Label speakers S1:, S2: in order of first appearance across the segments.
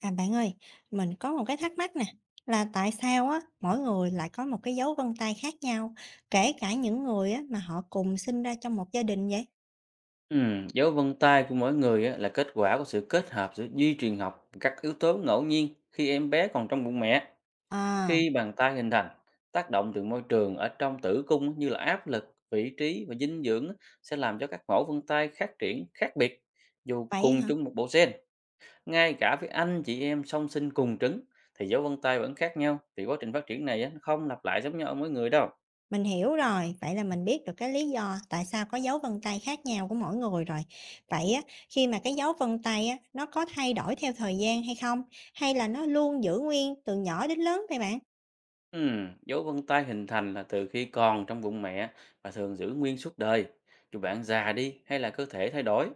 S1: À bạn ơi, mình có một cái thắc mắc nè, là tại sao á mỗi người lại có một cái dấu vân tay khác nhau, kể cả những người á mà họ cùng sinh ra trong một gia đình vậy?
S2: Dấu vân tay của mỗi người á, là kết quả của sự kết hợp giữa di truyền học và các yếu tố ngẫu nhiên khi em bé còn trong bụng mẹ.
S1: À,
S2: Khi bàn tay hình thành, tác động từ môi trường ở trong tử cung á, như là áp lực, vị trí và dinh dưỡng á, sẽ làm cho các mẫu vân tay phát triển khác biệt. Dù
S1: vậy
S2: cùng
S1: hả?
S2: chung một bộ gen, ngay cả với anh chị em song sinh cùng trứng thì dấu vân tay vẫn khác nhau vì quá trình phát triển này á, nó không lặp lại giống nhau ở mỗi người đâu.
S1: Mình hiểu rồi, vậy là mình biết được cái lý do tại sao có dấu vân tay khác nhau của mỗi người rồi. Vậy á, khi mà cái dấu vân tay á nó có thay đổi theo thời gian hay không, hay là nó luôn giữ nguyên từ nhỏ đến lớn vậy bạn?
S2: Dấu vân tay hình thành là từ khi còn trong bụng mẹ và thường giữ nguyên suốt đời. Dù bạn già đi hay là cơ thể thay đổi,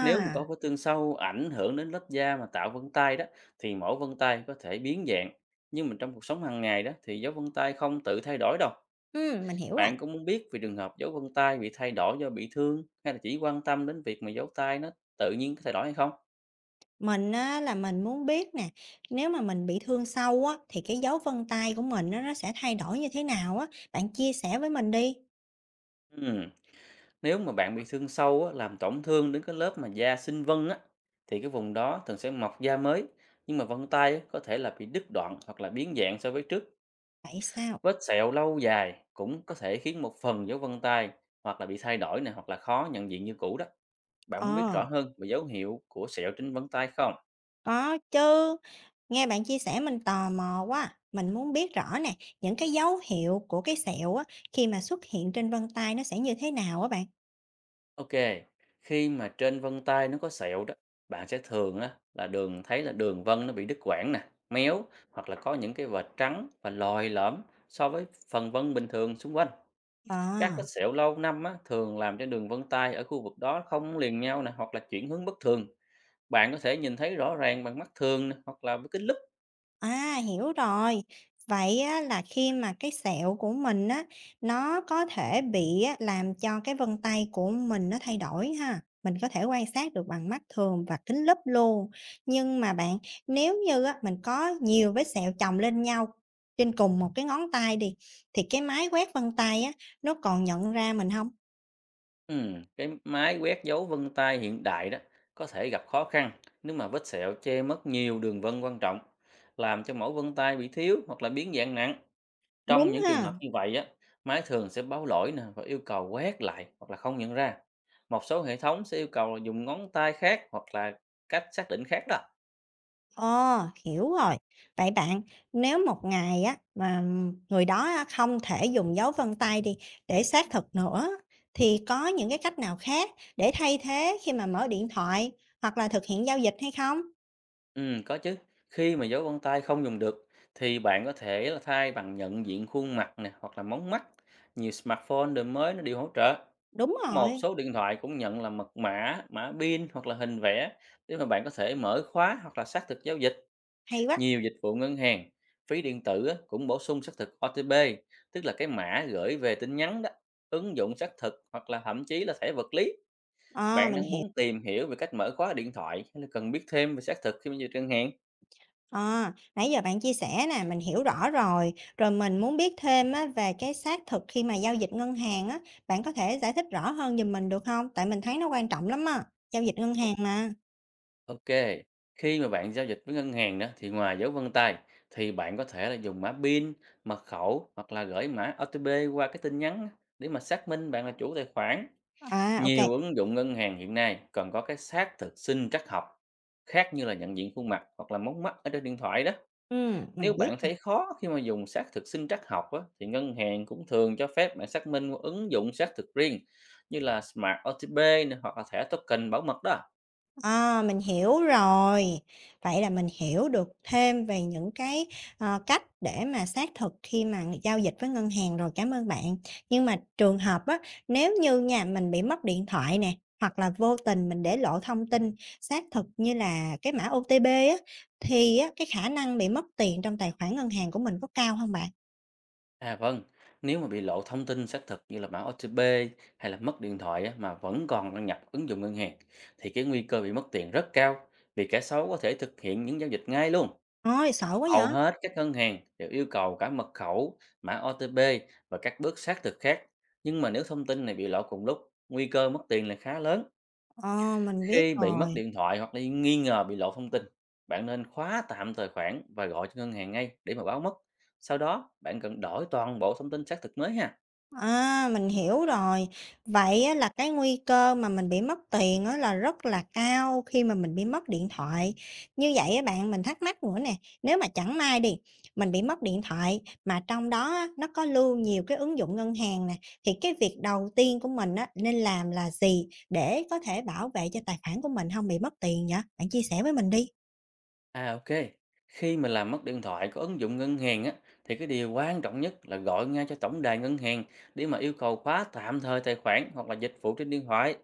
S2: nếu mà có vết thương sâu ảnh hưởng đến lớp da mà tạo vân tay đó, thì mẫu vân tay có thể biến dạng. Nhưng mà trong cuộc sống hàng ngày đó thì dấu vân tay không tự thay đổi đâu.
S1: ừ, mình hiểu.
S2: Bạn cũng muốn biết về trường hợp dấu vân tay bị thay đổi do bị thương, hay là chỉ quan tâm đến việc mà dấu tay nó tự nhiên có thay đổi hay không?
S1: Mình á, là mình muốn biết nè, nếu mà mình bị thương sâu á, thì cái dấu vân tay của mình á, nó sẽ thay đổi như thế nào á? Bạn chia sẻ với mình đi.
S2: Ừm. Nếu mà bạn bị thương sâu á, làm tổn thương đến cái lớp mà da sinh vân á, thì cái vùng đó thường sẽ mọc da mới. Nhưng mà vân tay á, có thể là bị đứt đoạn hoặc là biến dạng so với trước.
S1: Vậy sao?
S2: Vết sẹo lâu dài cũng có thể khiến một phần dấu vân tay hoặc là bị thay đổi này, hoặc là khó nhận diện như cũ đó. Bạn muốn biết
S1: Ờ,
S2: rõ hơn về dấu hiệu của sẹo trên vân tay không?
S1: có chứ. Nghe bạn chia sẻ mình tò mò quá. Mình muốn biết rõ nè, những cái dấu hiệu của cái sẹo á, khi mà xuất hiện trên vân tay nó sẽ như thế nào á bạn?
S2: Ok, khi mà trên vân tay nó có sẹo đó, bạn sẽ thường á, là đường thấy là đường vân nó bị đứt quãng nè, méo, hoặc là có những cái vệt trắng và lồi lõm so với phần vân bình thường xung quanh.
S1: Ờ.
S2: Các vết sẹo lâu năm á, thường làm cho đường vân tay ở khu vực đó không liền nhau nè, hoặc là chuyển hướng bất thường. Bạn có thể nhìn thấy rõ ràng bằng mắt thường nè, hoặc là với kính lúp.
S1: À, hiểu rồi. Vậy á, là khi mà cái sẹo của mình á, nó có thể bị á, làm cho cái vân tay của mình nó thay đổi ha. Mình có thể quan sát được bằng mắt thường và kính lúp luôn. Nhưng mà bạn, nếu như á, mình có nhiều vết sẹo chồng lên nhau trên cùng một cái ngón tay đi, thì cái máy quét vân tay á, nó còn nhận ra mình không?
S2: Cái máy quét dấu vân tay hiện đại đó có thể gặp khó khăn nếu mà vết sẹo che mất nhiều đường vân quan trọng, làm cho mẫu vân tay bị thiếu hoặc là biến dạng nặng. Trong
S1: Đúng
S2: những trường
S1: ha.
S2: hợp như vậy á, máy thường sẽ báo lỗi nè, và yêu cầu quét lại hoặc là không nhận ra. Một số hệ thống sẽ yêu cầu là dùng ngón tay khác, hoặc là cách xác định khác đó.
S1: Ờ, hiểu rồi. Vậy bạn, nếu một ngày á mà người đó á không thể dùng dấu vân tay đi để xác thực nữa thì có những cái cách nào khác để thay thế khi mà mở điện thoại hoặc là thực hiện giao dịch hay không?
S2: Có chứ. Khi mà dấu vân tay không dùng được thì bạn có thể là thay bằng nhận diện khuôn mặt nè, hoặc là móng mắt. Nhiều smartphone đời mới nó đều hỗ trợ.
S1: Đúng
S2: Một
S1: rồi,
S2: số điện thoại cũng nhận là mật mã, mã pin hoặc là hình vẽ để mà bạn có thể mở khóa hoặc là xác thực giao dịch.
S1: hay quá.
S2: Nhiều dịch vụ ngân hàng, phí điện tử á, cũng bổ sung xác thực OTP, tức là cái mã gửi về tin nhắn đó, ứng dụng xác thực, hoặc là thậm chí là thẻ vật lý.
S1: Ờ,
S2: Bạn
S1: mình
S2: đang
S1: hiểu.
S2: muốn tìm hiểu về cách mở khóa điện thoại, hay là cần biết thêm về xác thực khi mà giao dịch ngân hàng?
S1: Ờ, nãy giờ bạn chia sẻ nè, mình hiểu rõ rồi. Rồi mình muốn biết thêm á về cái xác thực khi mà giao dịch ngân hàng á, bạn có thể giải thích rõ hơn giùm mình được không? Tại mình thấy nó quan trọng lắm á, giao dịch ngân hàng mà.
S2: Ok, khi mà bạn giao dịch với ngân hàng đó thì ngoài dấu vân tay thì bạn có thể là dùng mã PIN, mật khẩu, hoặc là gửi mã OTP qua cái tin nhắn để mà xác minh bạn là chủ tài khoản.
S1: À, ok.
S2: Nhiều ứng dụng ngân hàng hiện nay còn có cái xác thực sinh trắc học khác, như là nhận diện khuôn mặt hoặc là mống mắt ở trên điện thoại đó. Nếu
S1: Mình
S2: bạn
S1: biết mà.
S2: thấy khó khi mà dùng xác thực sinh trắc học á, thì ngân hàng cũng thường cho phép bạn xác minh qua ứng dụng xác thực riêng, như là Smart OTP nè, hoặc là thẻ token bảo mật đó.
S1: À, mình hiểu rồi. Vậy là mình hiểu được thêm về những cái, ờ, cách để mà xác thực khi mà giao dịch với ngân hàng rồi, cảm ơn bạn. Nhưng mà trường hợp á, nếu như nhà mình bị mất điện thoại nè, hoặc là vô tình mình để lộ thông tin xác thực như là cái mã OTP á, thì á, cái khả năng bị mất tiền trong tài khoản ngân hàng của mình có cao không bạn?
S2: À vâng, nếu mà bị lộ thông tin xác thực như là mã OTP, hay là mất điện thoại á, mà vẫn còn đăng nhập ứng dụng ngân hàng, thì cái nguy cơ bị mất tiền rất cao vì kẻ xấu có thể thực hiện những giao dịch ngay luôn.
S1: Ôi, sợ quá vậy!
S2: Hầu hết các ngân hàng đều yêu cầu cả mật khẩu, mã OTP và các bước xác thực khác. Nhưng mà nếu thông tin này bị lộ cùng lúc, nguy cơ mất tiền là khá lớn.
S1: Ờ, mình biết
S2: Khi bị mất
S1: rồi.
S2: điện thoại hoặc là nghi ngờ bị lộ thông tin, bạn nên khóa tạm tài khoản và gọi cho ngân hàng ngay để mà báo mất. Sau đó, bạn cần đổi toàn bộ thông tin xác thực mới ha.
S1: À, mình hiểu rồi. Vậy á, là cái nguy cơ mà mình bị mất tiền á, là rất là cao khi mà mình bị mất điện thoại. Như vậy á, bạn mình thắc mắc nữa nè, nếu mà chẳng may đi, mình bị mất điện thoại mà trong đó á, nó có lưu nhiều cái ứng dụng ngân hàng nè, thì cái việc đầu tiên của mình á, nên làm là gì để có thể bảo vệ cho tài khoản của mình không bị mất tiền vậy? Bạn chia sẻ với mình đi.
S2: À ok, khi mà làm mất điện thoại có ứng dụng ngân hàng á, thì cái điều quan trọng nhất là gọi ngay cho tổng đài ngân hàng để mà yêu cầu khóa tạm thời tài khoản, hoặc là dịch vụ trên điện thoại.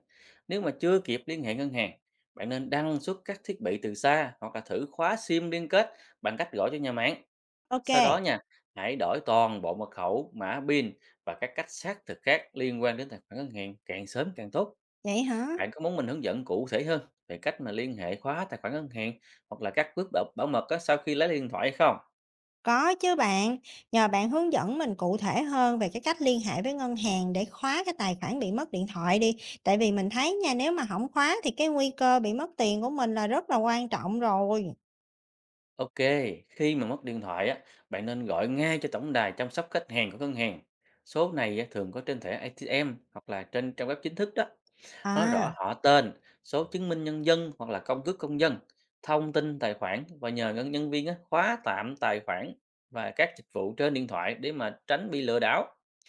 S2: Nếu mà chưa kịp liên hệ ngân hàng, bạn nên đăng xuất các thiết bị từ xa, hoặc là thử khóa SIM liên kết bằng cách gọi cho nhà mạng.
S1: Ok,
S2: Sau đó nha, hãy đổi toàn bộ mật khẩu, mã PIN và các cách xác thực khác liên quan đến tài khoản ngân hàng càng sớm càng tốt.
S1: vậy hả?
S2: Bạn có muốn mình hướng dẫn cụ thể hơn về cách mà liên hệ khóa tài khoản ngân hàng, hoặc là các bước bảo mật á, sau khi lấy điện thoại hay không?
S1: Có chứ bạn, nhờ bạn hướng dẫn mình cụ thể hơn về cái cách liên hệ với ngân hàng để khóa cái tài khoản bị mất điện thoại đi. Tại vì mình thấy nha, nếu mà không khóa thì cái nguy cơ bị mất tiền của mình là rất là quan trọng rồi.
S2: Ok, khi mà mất điện thoại á, bạn nên gọi ngay cho tổng đài chăm sóc khách hàng của ngân hàng. Số này á, thường có trên thẻ ATM hoặc là trên trang web chính thức đó. Nói
S1: À,
S2: rõ họ tên, số chứng minh nhân dân hoặc là công cước công dân, thông tin tài khoản, và nhờ nhân nhân viên á, khóa tạm tài khoản và các dịch vụ trên điện thoại để mà tránh bị lừa đảo.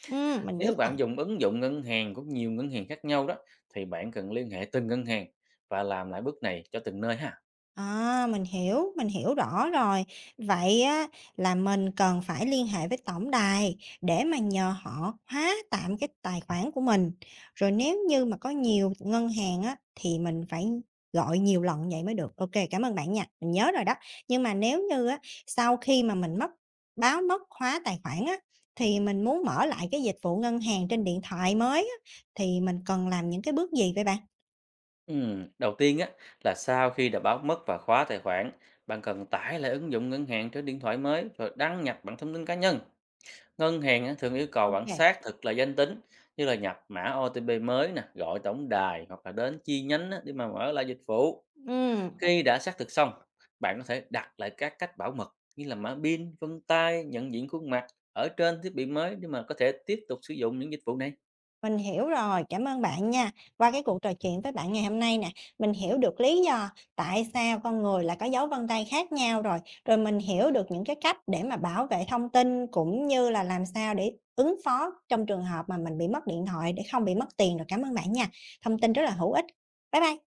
S1: ừ, mình biết
S2: Nếu
S1: rồi.
S2: bạn dùng ứng dụng ngân hàng của nhiều ngân hàng khác nhau đó thì bạn cần liên hệ từng ngân hàng và làm lại bước này cho từng nơi ha.
S1: À, mình hiểu rõ rồi. Vậy á, là mình cần phải liên hệ với tổng đài để mà nhờ họ hóa tạm cái tài khoản của mình. Rồi nếu như mà có nhiều ngân hàng á, thì mình phải gọi nhiều lần vậy mới được. Ok, cảm ơn bạn nha. Mình nhớ rồi đó. Nhưng mà nếu như á, sau khi mà mình mất báo mất khóa tài khoản á, thì mình muốn mở lại cái dịch vụ ngân hàng trên điện thoại mới á, thì mình cần làm những cái bước gì vậy bạn?
S2: Đầu tiên á là sau khi đã báo mất và khóa tài khoản, bạn cần tải lại ứng dụng ngân hàng trên điện thoại mới rồi đăng nhập bằng thông tin cá nhân. Ngân hàng á, thường yêu cầu bạn
S1: Ok.
S2: xác thực là danh tính, như là nhập mã OTP mới nè, gọi tổng đài, hoặc là đến chi nhánh á, để mà mở lại dịch vụ.
S1: Ừ.
S2: Khi đã xác thực xong, bạn có thể đặt lại các cách bảo mật như là mã pin, vân tay, nhận diện khuôn mặt ở trên thiết bị mới để mà có thể tiếp tục sử dụng những dịch vụ này.
S1: Mình hiểu rồi, cảm ơn bạn nha. Qua cái cuộc trò chuyện với bạn ngày hôm nay nè, mình hiểu được lý do tại sao con người lại có dấu vân tay khác nhau rồi, rồi mình hiểu được những cái cách để mà bảo vệ thông tin cũng như là làm sao để ứng phó trong trường hợp mà mình bị mất điện thoại để không bị mất tiền rồi. Cảm ơn bạn nha. Thông tin rất là hữu ích. Bye bye.